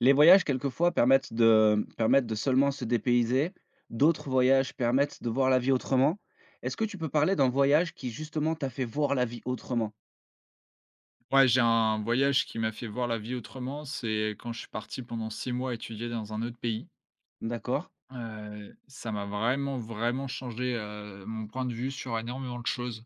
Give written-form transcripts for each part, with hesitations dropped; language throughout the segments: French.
Les voyages quelquefois permettent de seulement se dépayser, d'autres voyages permettent de voir la vie autrement. Est-ce que tu peux parler d'un voyage qui justement t'a fait voir la vie autrement? Ouais, j'ai un voyage qui m'a fait voir la vie autrement, c'est quand je suis parti pendant 6 mois étudier dans un autre pays. D'accord. Ça m'a vraiment, vraiment changé, mon point de vue sur énormément de choses.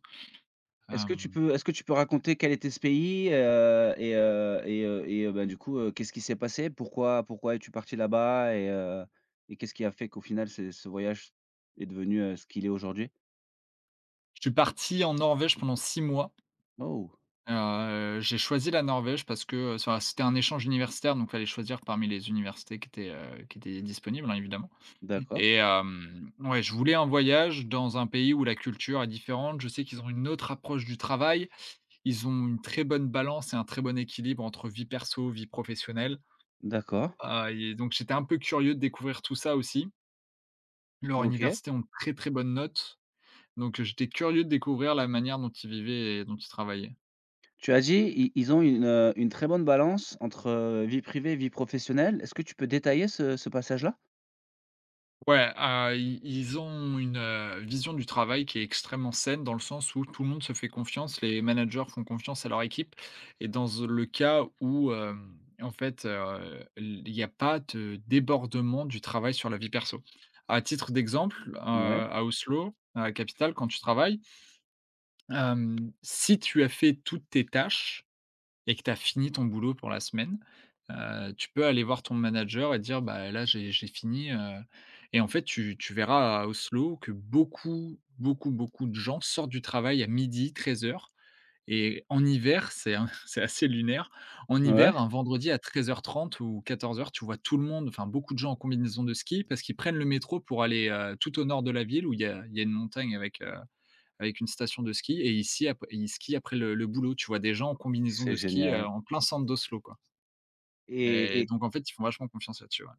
Est-ce que tu Hem, peux est-ce que tu peux raconter quel était ce pays, du coup, qu'est-ce qui s'est passé? Pourquoi es-tu parti là-bas et et qu'est-ce qui a fait qu'au final ce voyage est devenu, ce qu'il est aujourd'hui? je suis parti en Norvège pendant 6 mois. Oh! J'ai choisi la Norvège parce que, enfin, c'était un échange universitaire, donc il fallait choisir parmi les universités qui étaient disponibles, hein, évidemment. D'accord, Et ouais, je voulais un voyage dans un pays où la culture est différente. Je sais qu'ils ont une autre approche du travail. Ils ont une très bonne balance et un très bon équilibre entre vie perso, vie professionnelle, d'accord. Et donc j'étais un peu curieux de découvrir tout ça aussi. Leur OK. université ont de très, très bonnes notes, donc, j'étais curieux de découvrir la manière dont ils vivaient et dont ils travaillaient. Tu as dit, i ils ont une très bonne balance entre, vie privée et vie professionnelle. Est-ce que tu peux détailler ce passage-là? Ouais, i ils ont une, vision du travail qui est extrêmement saine, dans le sens où tout le monde se fait confiance, les managers font confiance à leur équipe et dans le cas où, en fait, il n'y a pas de débordement du travail sur la vie perso. À titre d'exemple, Ouais, à Oslo, à la capitale, quand tu travailles, hem, si tu as fait toutes tes tâches et que tu as fini ton boulot pour la semaine, tu peux aller voir ton manager et dire: «Bah, là, j'ai fini», et en fait, tu verras à Oslo que beaucoup, beaucoup, beaucoup de gens sortent du travail à 12:00, 13:00. Et en hiver, c'est un c'est assez lunaire. En ouais, hiver, un vendredi à 13:30 ou 14:00, tu vois tout le monde, enfin, beaucoup de gens en combinaison de ski parce qu'ils prennent le métro pour aller, tout au nord de la ville où il y a une montagne avec, avec une station de ski et ici sci ap et ils skient après le boulot. Tu vois des gens en combinaison c'est de ski, génial en plein centre d'Oslo, quoi. et Et et donc en fait, ils font vachement confiance là-dessus, ouais.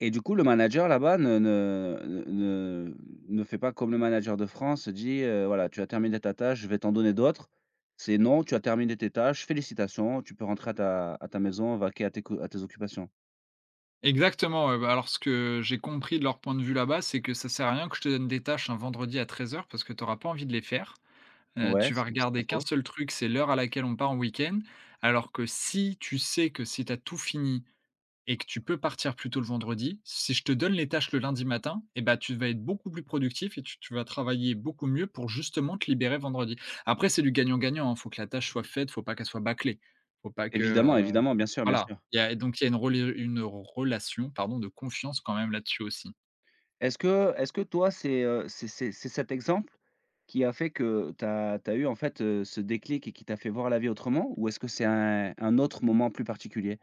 et du coup, le manager là-bas ne fait pas comme le manager de France, dit, «Voilà, tu as terminé ta tâche, je vais t'en donner d'autres». C'est: «Non, tu as terminé tes tâches, félicitations, tu peux rentrer à ta maison, vaquer à tes co à tes occupations». Exactement, ouais, bah, alors ce que j'ai compris de leur point de vue là-bas, c'est que ça sert à rien que je te donne des tâches un vendredi à 13:00 parce que tu auras pas envie de les faire. Ouais, Tu vas c'est pas regarder qu'un faux. seul truc, c'est l'heure à laquelle on part en week-end. Alors que si tu sais que si tu as tout fini, et que tu peux partir plus tôt le vendredi, si je te donne les tâches le lundi matin, eh ben tu vas être beaucoup plus productif et tu vas travailler beaucoup mieux pour justement te libérer vendredi. Après, c'est du gagnant-gagnant. Il faut que la tâche soit faite, faut pas qu'elle soit bâclée. Faut pas que, Évidemment, évidemment, bien sûr, bien voilà. sûr. Il y a donc il y a une reli une relation, pardon, de confiance quand même là-dessus aussi. Est-ce que toi, c'est, c'est cet exemple qui a fait que tu as eu en fait, ce déclic et qui t'a fait voir la vie autrement? Ou est-ce que c'est un autre moment plus particulier?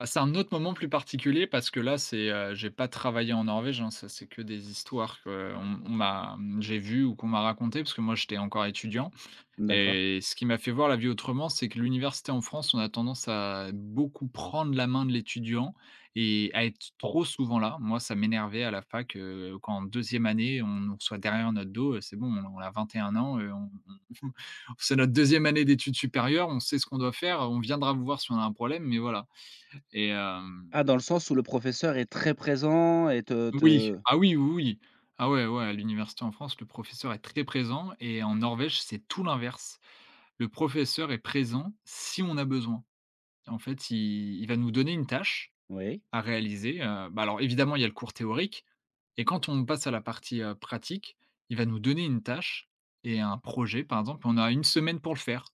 Ah, c'est un autre moment plus particulier parce que là, c'est, j'ai pas travaillé en Norvège, hein, ça c'est que des histoires qu'on m'a, j'ai vues ou qu'on m'a racontées parce que moi j'étais encore étudiant. D'accord. Et ce qui m'a fait voir la vie autrement, c'est que l'université en France, on a tendance à beaucoup prendre la main de l'étudiant et à être trop souvent là. Moi, ça m'énervait à la fac, quand en deuxième année, on nous reçoit derrière notre dos, c'est bon, on a 21 ans, on c'est notre deuxième année d'études supérieures, on sait ce qu'on doit faire, on viendra vous voir si on a un problème, mais voilà. et hem Ah, dans le sens où le professeur est très présent et te Oui, te ah oui, oui, oui. Ah ouais, ouais, à l'université en France, le professeur est très présent et en Norvège, c'est tout l'inverse. Le professeur est présent si on a besoin. En fait, il va nous donner une tâche oui. à réaliser, bah, alors évidemment, il y a le cours théorique et quand on passe à la partie, pratique, il va nous donner une tâche et un projet, par exemple, on a une semaine pour le faire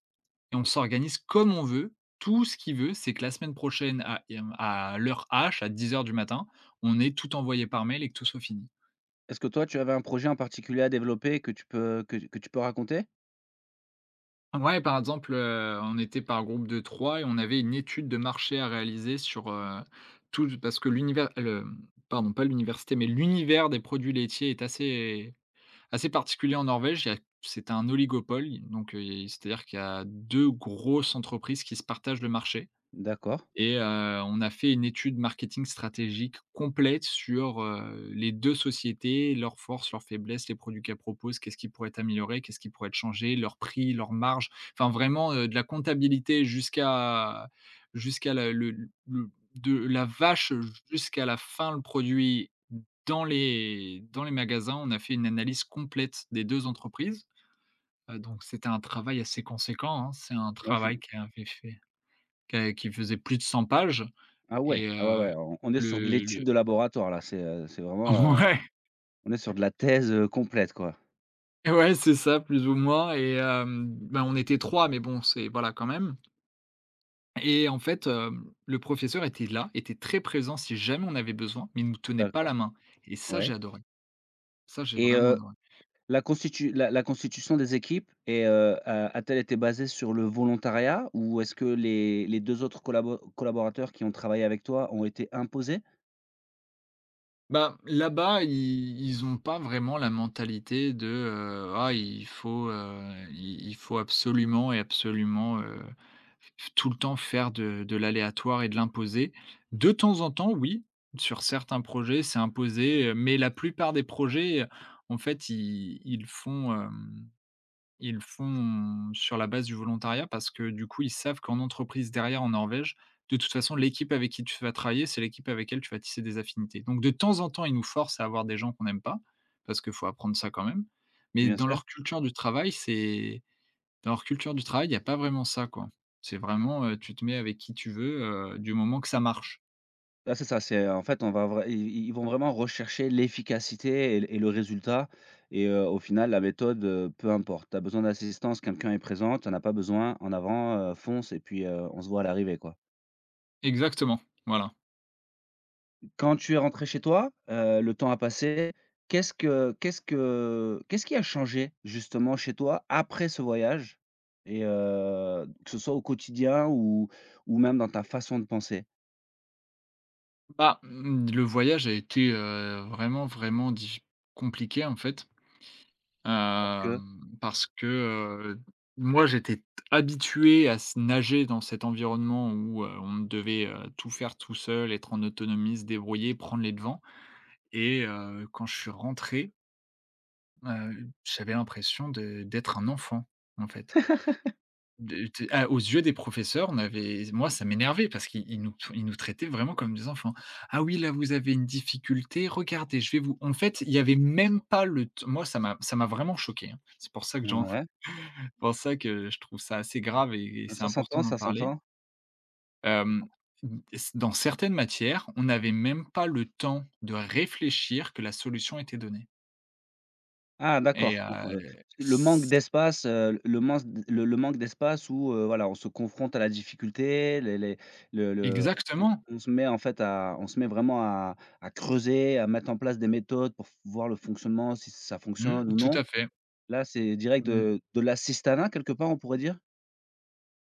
et on s'organise comme on veut. Tout ce qu'il veut, c'est que la semaine prochaine à l'heure H, à 10 heures du matin, on ait tout envoyé par mail et que tout soit fini. Est-ce que toi, tu avais un projet en particulier à développer que tu peux raconter? Ouais, par exemple, on était par groupe de 3 et on avait une étude de marché à réaliser sur, tout parce que l'univers le pardon, pas l'université, mais l'univers des produits laitiers est assez particulier en Norvège. Il y a C'est un oligopole, donc, c'est-à-dire qu'il y a 2 grosses entreprises qui se partagent le marché D'accord. et, on a fait une étude marketing stratégique complète sur, les 2 sociétés, leurs forces, leurs faiblesses, les produits qu'elles proposent, qu'est-ce qui pourrait être amélioré, qu'est-ce qui pourrait être changé, leurs prix, leurs marges, enfin vraiment, de la comptabilité jusqu'à jusqu'à la le de la vache jusqu'à la fin, le produit dans les magasins. On a fait une analyse complète des 2 entreprises. Donc c'était un travail assez conséquent, hein. C'est un Ouais, je travail qui avait fait qui a qui faisait plus de 100 pages ah ouais, et, ah ouais, ouais, on est sur de l'étude le de laboratoire là, c'est vraiment, on est sur de la thèse, complète quoi. ouais, ouais, c'est ça, plus ou moins. Et bah, on était 3 mais bon, c'est voilà, quand même. Et en fait, le professeur était là, était très présent si jamais on avait besoin, mais il nous tenait pas D'accord, la main et ça, ouais j'ai adoré. Ça, j'ai et vraiment adoré. La constitution des équipes est a a-t-elle été basée sur le volontariat ou est-ce que les 2 autres collaborateurs qui ont travaillé avec toi ont été imposés? Bah, là-bas, ils ont pas vraiment la mentalité de, «Ah, il faut, i il faut absolument et absolument, f tout le temps faire de l'aléatoire et de l'imposer.» De temps en temps, oui, sur certains projets, c'est imposé, mais la plupart des projets, en fait, ils le font sur la base du volontariat parce que du coup, ils savent qu'en entreprise derrière en Norvège, de toute façon, l'équipe avec qui tu vas travailler, c'est l'équipe avec elle tu vas tisser des affinités. Donc de temps en temps, ils nous forcent à avoir des gens qu'on n'aime pas, parce qu'il faut apprendre ça quand même. Mais Bien dans sûr. leur culture du travail, c'est Dans leur culture du travail, il y a pas vraiment ça, quoi. C'est vraiment, tu te mets avec qui tu veux, du moment que ça marche. Ah c'est ça, c'est en fait on va vrai ils vont vraiment rechercher l'efficacité et le résultat et au final la méthode, peu importe. Tu as besoin d'assistance, quelqu'un est présent, tu en as pas besoin, en avant, fonce et puis, on se voit à l'arrivée, quoi. Exactement, voilà. Quand tu es rentré chez toi, le temps a passé. Qu'est-ce qui a changé justement chez toi après ce voyage? Et que ce soit au quotidien ou même dans ta façon de penser? Bah, le voyage a été, vraiment, vraiment dif compliqué en fait. Parce que Parce que, heu, moi j'étais t habitué à s nager dans cet environnement où, on devait, tout faire tout seul, être en autonomie, se débrouiller, prendre les devants et, quand je suis rentré, j'avais l'impression de d'être un enfant, en fait. Aux yeux des professeurs, on avait moi ça m'énervait parce qu'ils nous traitaient vraiment comme des enfants. "Ah oui, là vous avez une difficulté, regardez, je vais vous..." En fait, il y avait même pas le t moi, ça m'a vraiment choqué, hein. C'est ouais, pour ça que je trouve ça assez grave et c'est ça important s'entend, d'en ça parler. s'entend. Hem, Dans certaines matières, on n'avait même pas le temps de réfléchir que la solution était donnée Ah et, d'accord, donc le manque c d'espace, le manque d'espace où, voilà, on se confronte à la difficulté, les le on on exactement. on se met en fait à on se met vraiment à creuser, à mettre en place des méthodes pour voir le fonctionnement, si ça Mmh, fonctionne ou tout non. à fait. Là, c'est direct Mmh. de l'assistanat quelque part, on pourrait dire?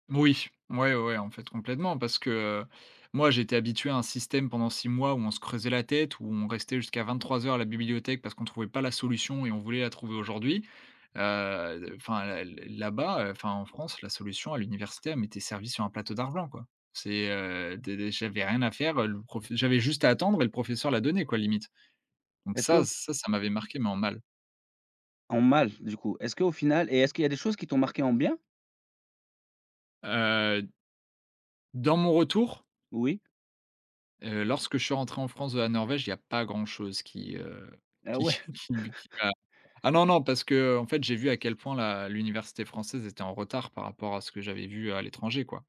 Oui, ouais, ouais, ouais, en fait, complètement, parce que, moi, j'étais habitué à un système pendant 6 mois où on se creusait la tête, où on restait jusqu'à 23 heures à la bibliothèque parce qu'on ne trouvait pas la solution et on voulait la trouver aujourd'hui. Enfin, là là-bas, enfin, en France, la solution à l'université, elle m'était servie sur un plateau d'argent, quoi. C'est, des j'avais rien à faire, le prof j'avais juste à attendre et le professeur l'a donnait, quoi, limite. Donc Est-ce que ça m'avait marqué, mais en mal. en mal du coup, est-ce qu'au final et est-ce qu'il y a des choses qui t'ont marqué en bien? Heu, dans mon retour Oui? Lorsque je suis rentré en France de la Norvège, il y a pas grand-chose qui, Ah ouais, qui me qui m'a... Ah non, non, parce qu'en fait, j'ai vu à quel point la l'université française était en retard par rapport à ce que j'avais vu à l'étranger, quoi.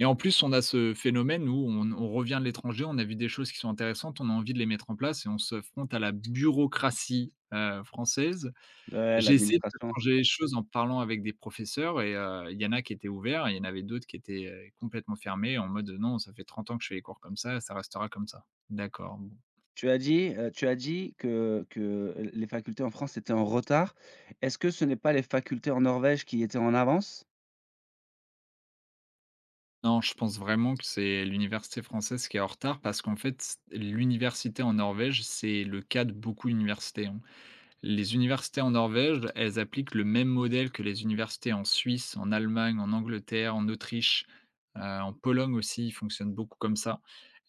Et en plus, on a ce phénomène où on revient de l'étranger, on a vu des choses qui sont intéressantes, on a envie de les mettre en place et on se fronte à la bureaucratie, française. ouais, J'ai essayé de l'administration. changer les choses en parlant avec des professeurs et, il y en a qui étaient ouverts, et il y en avait d'autres qui étaient, complètement fermés en mode: «Non, ça fait 30 ans que je fais les cours comme ça restera comme ça». D'accord, bon. Tu as dit que les facultés en France étaient en retard. Est-ce que ce n'est pas les facultés en Norvège qui étaient en avance? Non, je pense vraiment que c'est l'université française qui est en retard parce qu'en fait, l'université en Norvège, c'est le cas de beaucoup d'universités, hein. Les universités en Norvège, elles appliquent le même modèle que les universités en Suisse, en Allemagne, en Angleterre, en Autriche, en Pologne aussi, ils fonctionnent beaucoup comme ça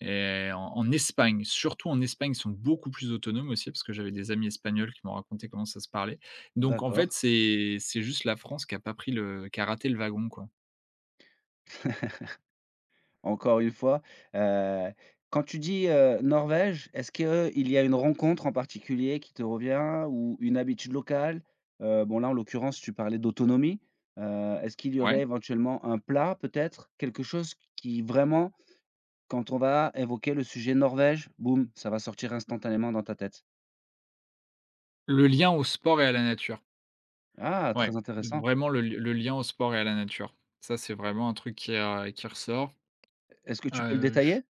et en Espagne, surtout en Espagne, ils sont beaucoup plus autonomes aussi parce que j'avais des amis espagnols qui m'ont raconté comment ça se parlait. Donc en fait, D'accord. c'est juste la France qui a pas pris le qui a raté le wagon, quoi. Encore une fois, heu, quand tu dis, Norvège, est-ce qu'il y a une rencontre en particulier qui te revient ou une habitude locale? Bon, là, en l'occurrence, tu parlais d'autonomie. Est-ce qu'il y aurait Ouais. éventuellement un plat peut-être? Quelque chose qui vraiment, quand on va évoquer le sujet Norvège, boum, ça va sortir instantanément dans ta tête? Le lien au sport et à la nature. Ah, Ouais, très intéressant. vraiment le le lien au sport et à la nature. Ça, c'est vraiment un truc qui ressort. Est-ce que tu peux le heu, détailler?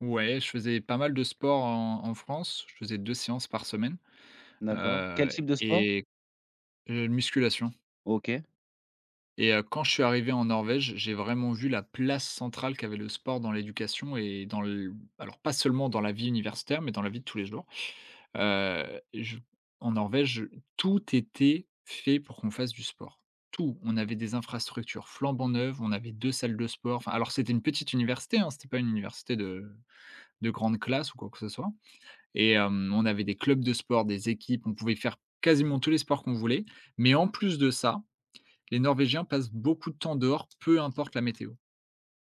Ouais, je faisais pas mal de sport en France. Je faisais 2 séances par semaine, D'accord. Quel heu type de sport? et musculation OK, et quand je suis arrivé en Norvège, j'ai vraiment vu la place centrale qu'avait le sport dans l'éducation et dans le, alors pas seulement dans la vie universitaire, mais dans la vie de tous les jours. Je en Norvège, tout était fait pour qu'on fasse du sport. Tout. On avait des infrastructures flambant neuves, on avait 2 salles de sport. Enfin alors c'était une petite université, hein, c'était pas une université de grande classe ou quoi que ce soit. Et hem, on avait des clubs de sport, des équipes, on pouvait faire quasiment tous les sports qu'on voulait. Mais en plus de ça, les Norvégiens passent beaucoup de temps dehors, peu importe la météo.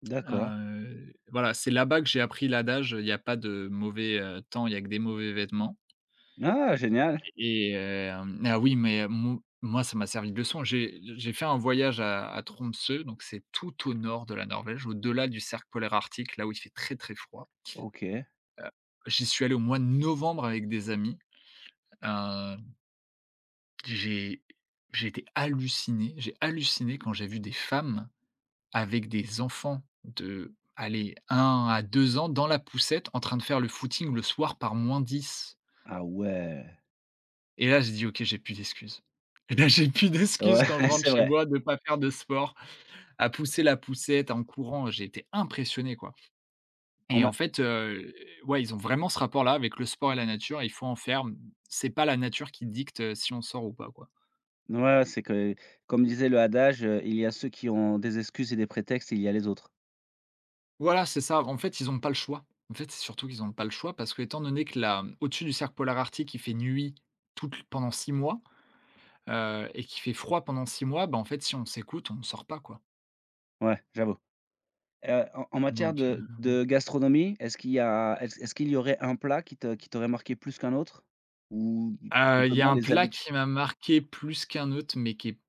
d'accord. Voilà, c'est là-bas que j'ai appris l'adage, il n'y a pas de mauvais, temps, il y a que des mauvais vêtements. Ah, génial! Et hem, ah oui, mais mo moi, ça m'a servi de leçon. J'ai fait un voyage à Tromsø, donc c'est tout au nord de la Norvège, au-delà du cercle polaire arctique, là où il fait très, très froid. OK. Heu, J'y suis allé au mois de novembre avec des amis. heu J'ai j'ai été halluciné, j'ai halluciné quand j'ai vu des femmes avec des enfants de, allez, 1 à 2 ans dans la poussette en train de faire le footing le soir par -10. Ah ouais. Et là, j'ai dit: «OK, j'ai plus d'excuses». Et là, j'ai plus Ouais, d'excuses quand je rentre c'est chez vrai. moi de ne pas faire de sport, à pousser la poussette en courant, j'ai été impressionné, quoi. On Et m'a en fait, ouais, ils ont vraiment ce rapport-là avec le sport et la nature, il faut en faire, mmh, c'est pas la nature qui dicte si on sort ou pas, quoi. ouais, c'est que comme disait le adage, «Il y a ceux qui ont des excuses et des prétextes, il y a les autres». Voilà, c'est ça. En fait, ils n'ont pas le choix. En fait, c'est surtout qu'ils n'ont pas le choix parce que étant donné que la au-dessus du cercle polaire arctique, il fait nuit toute pendant 6 mois, et qu'il fait froid pendant 6 mois, bah, en fait, si on s'écoute, on ne sort pas, quoi. Ouais, j'avoue. En en matière Donc, de heu, de gastronomie, est-ce qu'il y a est-ce qu'il y aurait un plat qui t'aurait marqué plus qu'un autre? Ou tout il y a simplement un les plat habitudes. qui m'a marqué plus qu'un autre, mais qui est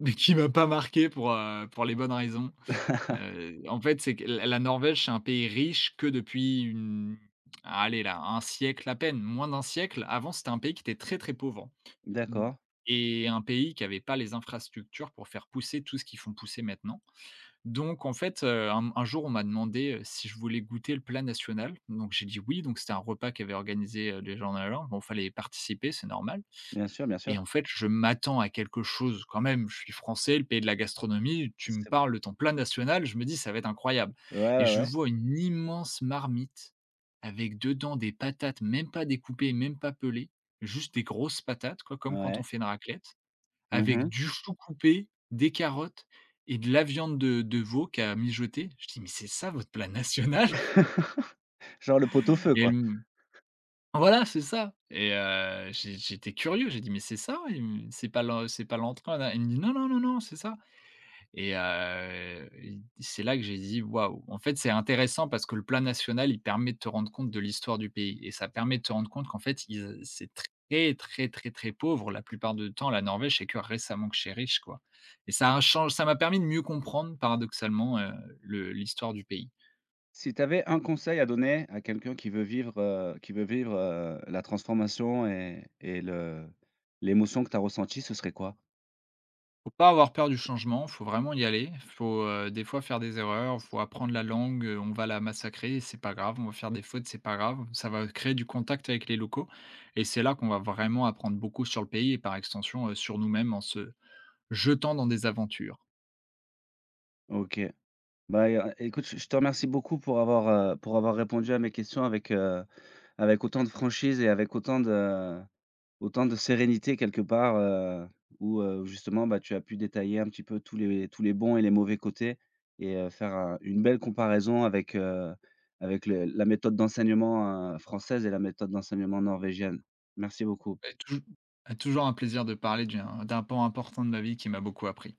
mais qui m'a pas marqué pour les bonnes raisons. En fait, c'est que la Norvège, c'est un pays riche que depuis une allez là, 1 siècle à peine, moins d'1 siècle. Avant, c'était un pays qui était très, très pauvre. Mmh. d'accord. Et un pays qui n'avait pas les infrastructures pour faire pousser tout ce qu'ils font pousser maintenant. Donc en fait, un jour, on m'a demandé, si je voulais goûter le plat national. Donc j'ai dit: «Oui», donc c'était un repas qu'avaient organisé, les gens là-bas. Bon, il fallait participer, c'est normal. Bien sûr, bien sûr. Et en fait, je m'attends à quelque chose quand même, je suis français, le pays de la gastronomie, tu me C'est parles de ton plat national, je me dis: «Ça va être incroyable» ouais, et ouais, je ouais. vois une immense marmite avec dedans des patates, même pas découpées, même pas pelées, juste des grosses patates, quoi, comme quand on Ouais. fait une raclette avec Mmh du chou coupé, des carottes et de la viande de veau qu'à mijoter. Je dis: «Mais c'est ça votre plat national?» Genre le pot-au-feu, et elle quoi. me voilà, c'est ça et j'étais curieux, j'ai dit: «Mais c'est ça?» et mmh, «C'est pas l'en c'est pas l'entrée?» elle me dit: «Non, non, non, non, c'est ça». Et c'est là que j'ai dit: «Waouh!» En fait, c'est intéressant parce que le plan national, il permet de te rendre compte de l'histoire du pays et ça permet de te rendre compte qu'en fait, ils c'est très, très, très, très pauvre la plupart du temps, la Norvège, c'est que récemment que c'est riche, quoi. Et ça a change ça m'a permis de mieux comprendre paradoxalement, le l'histoire du pays. Si tu avais un conseil à donner à quelqu'un qui veut vivre, la transformation et le l'émotion que tu as ressentie, ce serait quoi? Faut pas avoir peur du changement, faut vraiment y aller. Faut, des fois faire des erreurs, faut apprendre la langue, on va la massacrer, c'est pas grave, on va faire des fautes, c'est pas grave. Ça va créer du contact avec les locaux et c'est là qu'on va vraiment apprendre beaucoup sur le pays et par extension, sur nous-mêmes en se jetant dans des aventures. OK. Bah, écoute, je te remercie beaucoup pour avoir répondu à mes questions avec, avec autant de franchise et avec autant de autant de sérénité quelque part, où, justement, bah, tu as pu détailler un petit peu tous les bons et les mauvais côtés et faire un une belle comparaison avec, avec le la méthode d'enseignement, française et la méthode d'enseignement norvégienne. Merci beaucoup. Et toujours un plaisir de parler d'un pan important de ma vie qui m'a beaucoup appris.